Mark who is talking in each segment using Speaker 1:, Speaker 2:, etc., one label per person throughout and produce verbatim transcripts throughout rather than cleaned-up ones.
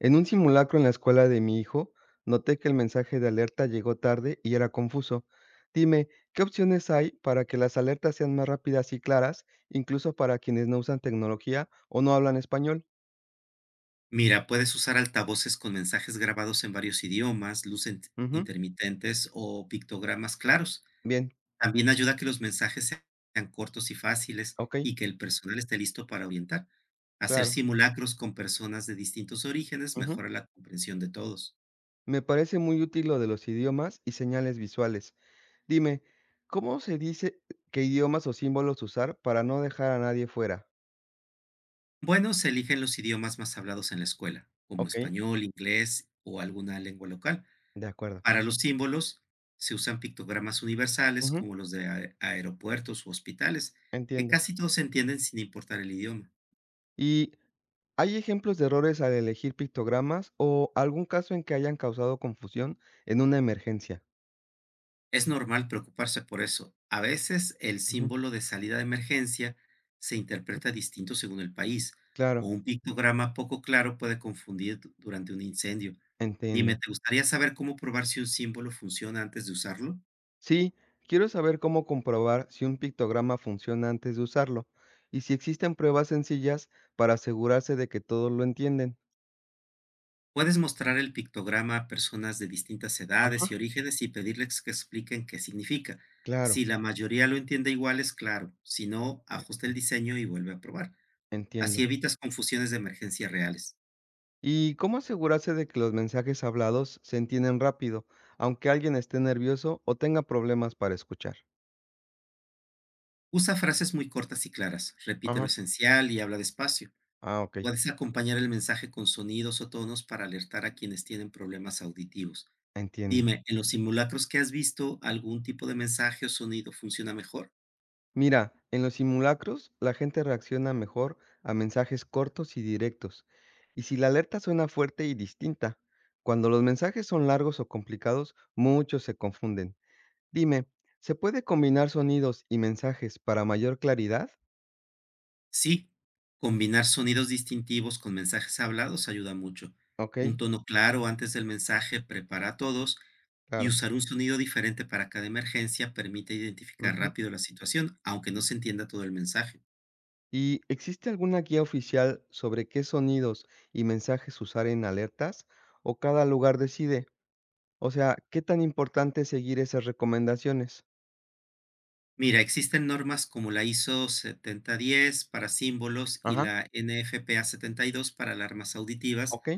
Speaker 1: En un simulacro en la escuela de mi hijo, noté que el mensaje de alerta llegó tarde y era confuso. Dime, ¿qué opciones hay para que las alertas sean más rápidas y claras, incluso para quienes no usan tecnología o no hablan español?
Speaker 2: Mira, puedes usar altavoces con mensajes grabados en varios idiomas, luces int-
Speaker 1: Ujú.
Speaker 2: intermitentes o pictogramas claros.
Speaker 1: Bien.
Speaker 2: También ayuda a que los mensajes se- sean cortos y fáciles
Speaker 1: Ok.
Speaker 2: y que el personal esté listo para orientar. Hacer
Speaker 1: Claro.
Speaker 2: simulacros con personas de distintos orígenes
Speaker 1: Ujú.
Speaker 2: mejora la comprensión de todos.
Speaker 1: Me parece muy útil lo de los idiomas y señales visuales. Dime, ¿cómo se dice qué idiomas o símbolos usar para no dejar a nadie fuera?
Speaker 2: Bueno, se eligen los idiomas más hablados en la escuela, como
Speaker 1: Ok,
Speaker 2: español, inglés o alguna lengua local.
Speaker 1: de acuerdo.
Speaker 2: Para los símbolos se usan pictogramas universales
Speaker 1: Ujú,
Speaker 2: como los de ae- aeropuertos u hospitales, que
Speaker 1: entiendo.
Speaker 2: casi todos se entienden sin importar el idioma.
Speaker 1: ¿Y hay ejemplos de errores al elegir pictogramas o algún caso en que hayan causado confusión en una emergencia?
Speaker 2: Es normal preocuparse por eso. A veces el
Speaker 1: Ujú.
Speaker 2: símbolo de salida de emergencia se interpreta distinto según el país, o
Speaker 1: Claro,
Speaker 2: un pictograma poco claro puede confundir du- durante un incendio. Dime,
Speaker 1: entiendo.
Speaker 2: ¿te gustaría saber cómo probar si un símbolo funciona antes de usarlo?
Speaker 1: Sí, quiero saber cómo comprobar si un pictograma funciona antes de usarlo y si existen pruebas sencillas para asegurarse de que todos lo entienden.
Speaker 2: Puedes mostrar el pictograma a personas de distintas edades y
Speaker 1: Ajá.
Speaker 2: orígenes y pedirles que expliquen qué significa. Si
Speaker 1: Claro,
Speaker 2: la mayoría lo entiende igual, es claro. Si no,
Speaker 1: e-
Speaker 2: ajusta el diseño y vuelve a probar. Así
Speaker 1: entiendo.
Speaker 2: evitas confusiones de emergencia reales.
Speaker 1: ¿Y cómo asegurarse de que los mensajes hablados se entienden rápido, aunque alguien esté nervioso o tenga problemas para escuchar?
Speaker 2: Usa frases muy cortas y claras. Repite lo
Speaker 1: Ajá.
Speaker 2: esencial y habla despacio.
Speaker 1: Ah, ok,
Speaker 2: Puedes acompañar el mensaje con sonidos o tonos para alertar a quienes tienen problemas auditivos.
Speaker 1: entiendo.
Speaker 2: Dime, ¿en los simulacros que has visto algún tipo de mensaje o sonido funciona mejor?
Speaker 1: Mira, en los simulacros la gente reacciona mejor a mensajes cortos y directos, y si la alerta suena fuerte y distinta. Cuando los mensajes son largos o complicados, muchos se confunden. Dime, ¿se puede combinar sonidos y mensajes para mayor claridad?
Speaker 2: Sí, combinar sonidos distintivos con mensajes hablados ayuda mucho.
Speaker 1: Ok,
Speaker 2: Un tono claro antes del mensaje prepara a todos y
Speaker 1: claro.
Speaker 2: usar un sonido diferente para cada emergencia permite identificar
Speaker 1: Ujú.
Speaker 2: rápido la situación, aunque no se entienda todo el mensaje.
Speaker 1: ¿Y existe alguna guía oficial sobre qué sonidos y mensajes usar en alertas? ¿O cada lugar decide? O sea, ¿qué tan importante es seguir esas recomendaciones?
Speaker 2: Mira, existen normas como la ISO siete mil diez para símbolos y
Speaker 1: Ajá,
Speaker 2: la N F P A setenta y dos para alarmas auditivas
Speaker 1: ok.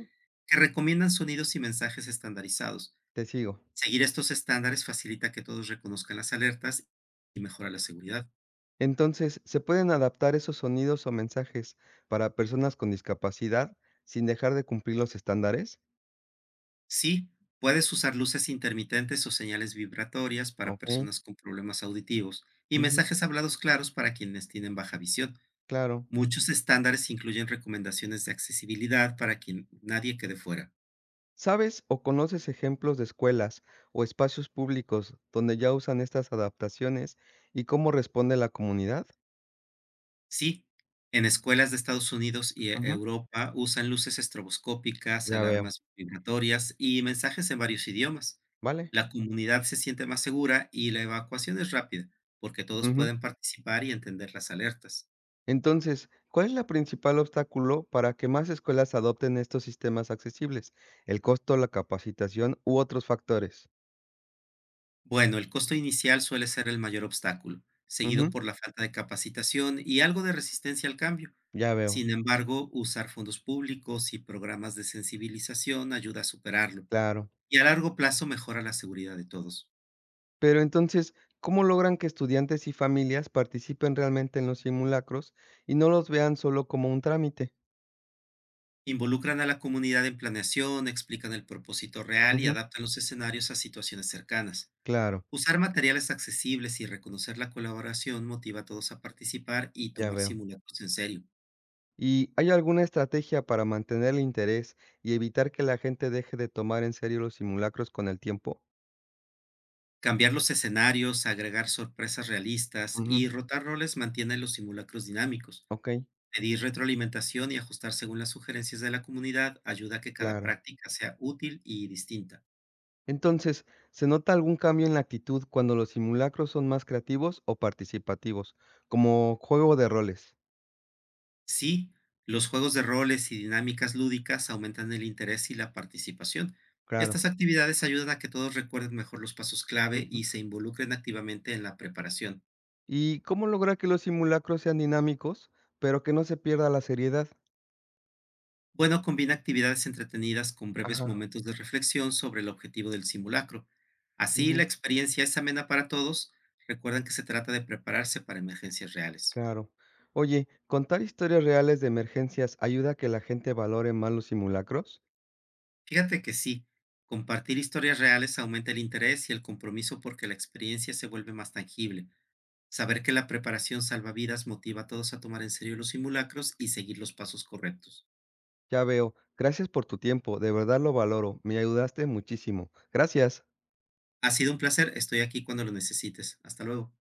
Speaker 2: que recomiendan sonidos y mensajes estandarizados.
Speaker 1: Te sigo.
Speaker 2: Seguir estos estándares facilita que todos reconozcan las alertas y mejora la seguridad.
Speaker 1: Entonces, ¿se pueden adaptar esos sonidos o mensajes para personas con discapacidad sin dejar de cumplir los estándares?
Speaker 2: Sí, puedes usar luces intermitentes o señales vibratorias para
Speaker 1: ¿Ok?
Speaker 2: personas con problemas auditivos y
Speaker 1: Ujú,
Speaker 2: mensajes hablados claros para quienes tienen baja visión.
Speaker 1: claro.
Speaker 2: Muchos estándares incluyen recomendaciones de accesibilidad para que nadie quede fuera.
Speaker 1: ¿Sabes o conoces ejemplos de escuelas o espacios públicos donde ya usan estas adaptaciones y cómo responde la comunidad?
Speaker 2: Sí, en escuelas de Estados Unidos y e-
Speaker 1: Ujú,
Speaker 2: Europa usan luces estroboscópicas,
Speaker 1: ya veo,
Speaker 2: alarmas vibratorias y mensajes en varios idiomas.
Speaker 1: vale,
Speaker 2: La comunidad se siente más segura y la evacuación es rápida, porque todos
Speaker 1: ujú.
Speaker 2: pueden participar y entender las alertas.
Speaker 1: Entonces, ¿cuál es la principal obstáculo para que más escuelas adopten estos sistemas accesibles? ¿El costo, la capacitación u otros factores?
Speaker 2: Bueno, el costo inicial suele ser el mayor obstáculo, seguido
Speaker 1: Ujú,
Speaker 2: por la falta de capacitación y algo de resistencia al cambio.
Speaker 1: ya veo.
Speaker 2: Sin embargo, usar fondos públicos y programas de sensibilización ayuda a superarlo
Speaker 1: Claro,
Speaker 2: y a largo plazo mejora la seguridad de todos.
Speaker 1: pero entonces, ¿cómo logran que estudiantes y familias participen realmente en los simulacros y no los vean solo como un trámite?
Speaker 2: Involucran a la comunidad en planeación, explican el propósito real y
Speaker 1: Ujú,
Speaker 2: adaptan los escenarios a situaciones cercanas.
Speaker 1: claro,
Speaker 2: Usar materiales accesibles y reconocer la colaboración motiva a todos a participar y
Speaker 1: ya
Speaker 2: tomar
Speaker 1: veo.
Speaker 2: simulacros en serio.
Speaker 1: ¿Y hay alguna estrategia para mantener el interés y evitar que la gente deje de tomar en serio los simulacros con el tiempo?
Speaker 2: Cambiar los escenarios, agregar sorpresas realistas y
Speaker 1: Ujú,
Speaker 2: rotar roles mantiene los simulacros dinámicos.
Speaker 1: ok,
Speaker 2: Pedir retroalimentación y ajustar según las sugerencias de la comunidad ayuda a que cada
Speaker 1: claro.
Speaker 2: práctica sea útil y distinta.
Speaker 1: Entonces, ¿se nota algún cambio en la actitud cuando los simulacros son más creativos o participativos, como juego de roles?
Speaker 2: Sí, los juegos de roles y dinámicas lúdicas aumentan el interés y la participación.
Speaker 1: Claro.
Speaker 2: Estas actividades ayudan a que todos recuerden mejor los pasos clave y se involucren activamente en la preparación.
Speaker 1: ¿Y cómo lograr que los simulacros sean dinámicos, pero que no se pierda la seriedad?
Speaker 2: Bueno, combina actividades entretenidas con breves
Speaker 1: Ajá,
Speaker 2: momentos de reflexión sobre el objetivo del simulacro. Así la
Speaker 1: ujú,
Speaker 2: experiencia es amena para todos. Recuerdan que se trata de prepararse para emergencias reales.
Speaker 1: claro. Oye, ¿contar historias reales de emergencias ayuda a que la gente valore más los simulacros?
Speaker 2: Fíjate que sí, compartir historias reales aumenta el interés y el compromiso porque la experiencia se vuelve más tangible. Saber que la preparación salva vidas motiva a todos a tomar en serio los simulacros y seguir los pasos correctos.
Speaker 1: Ya veo. Gracias por tu tiempo, de verdad lo valoro, me ayudaste muchísimo. Gracias.
Speaker 2: Ha sido un placer, estoy aquí cuando lo necesites. Hasta luego.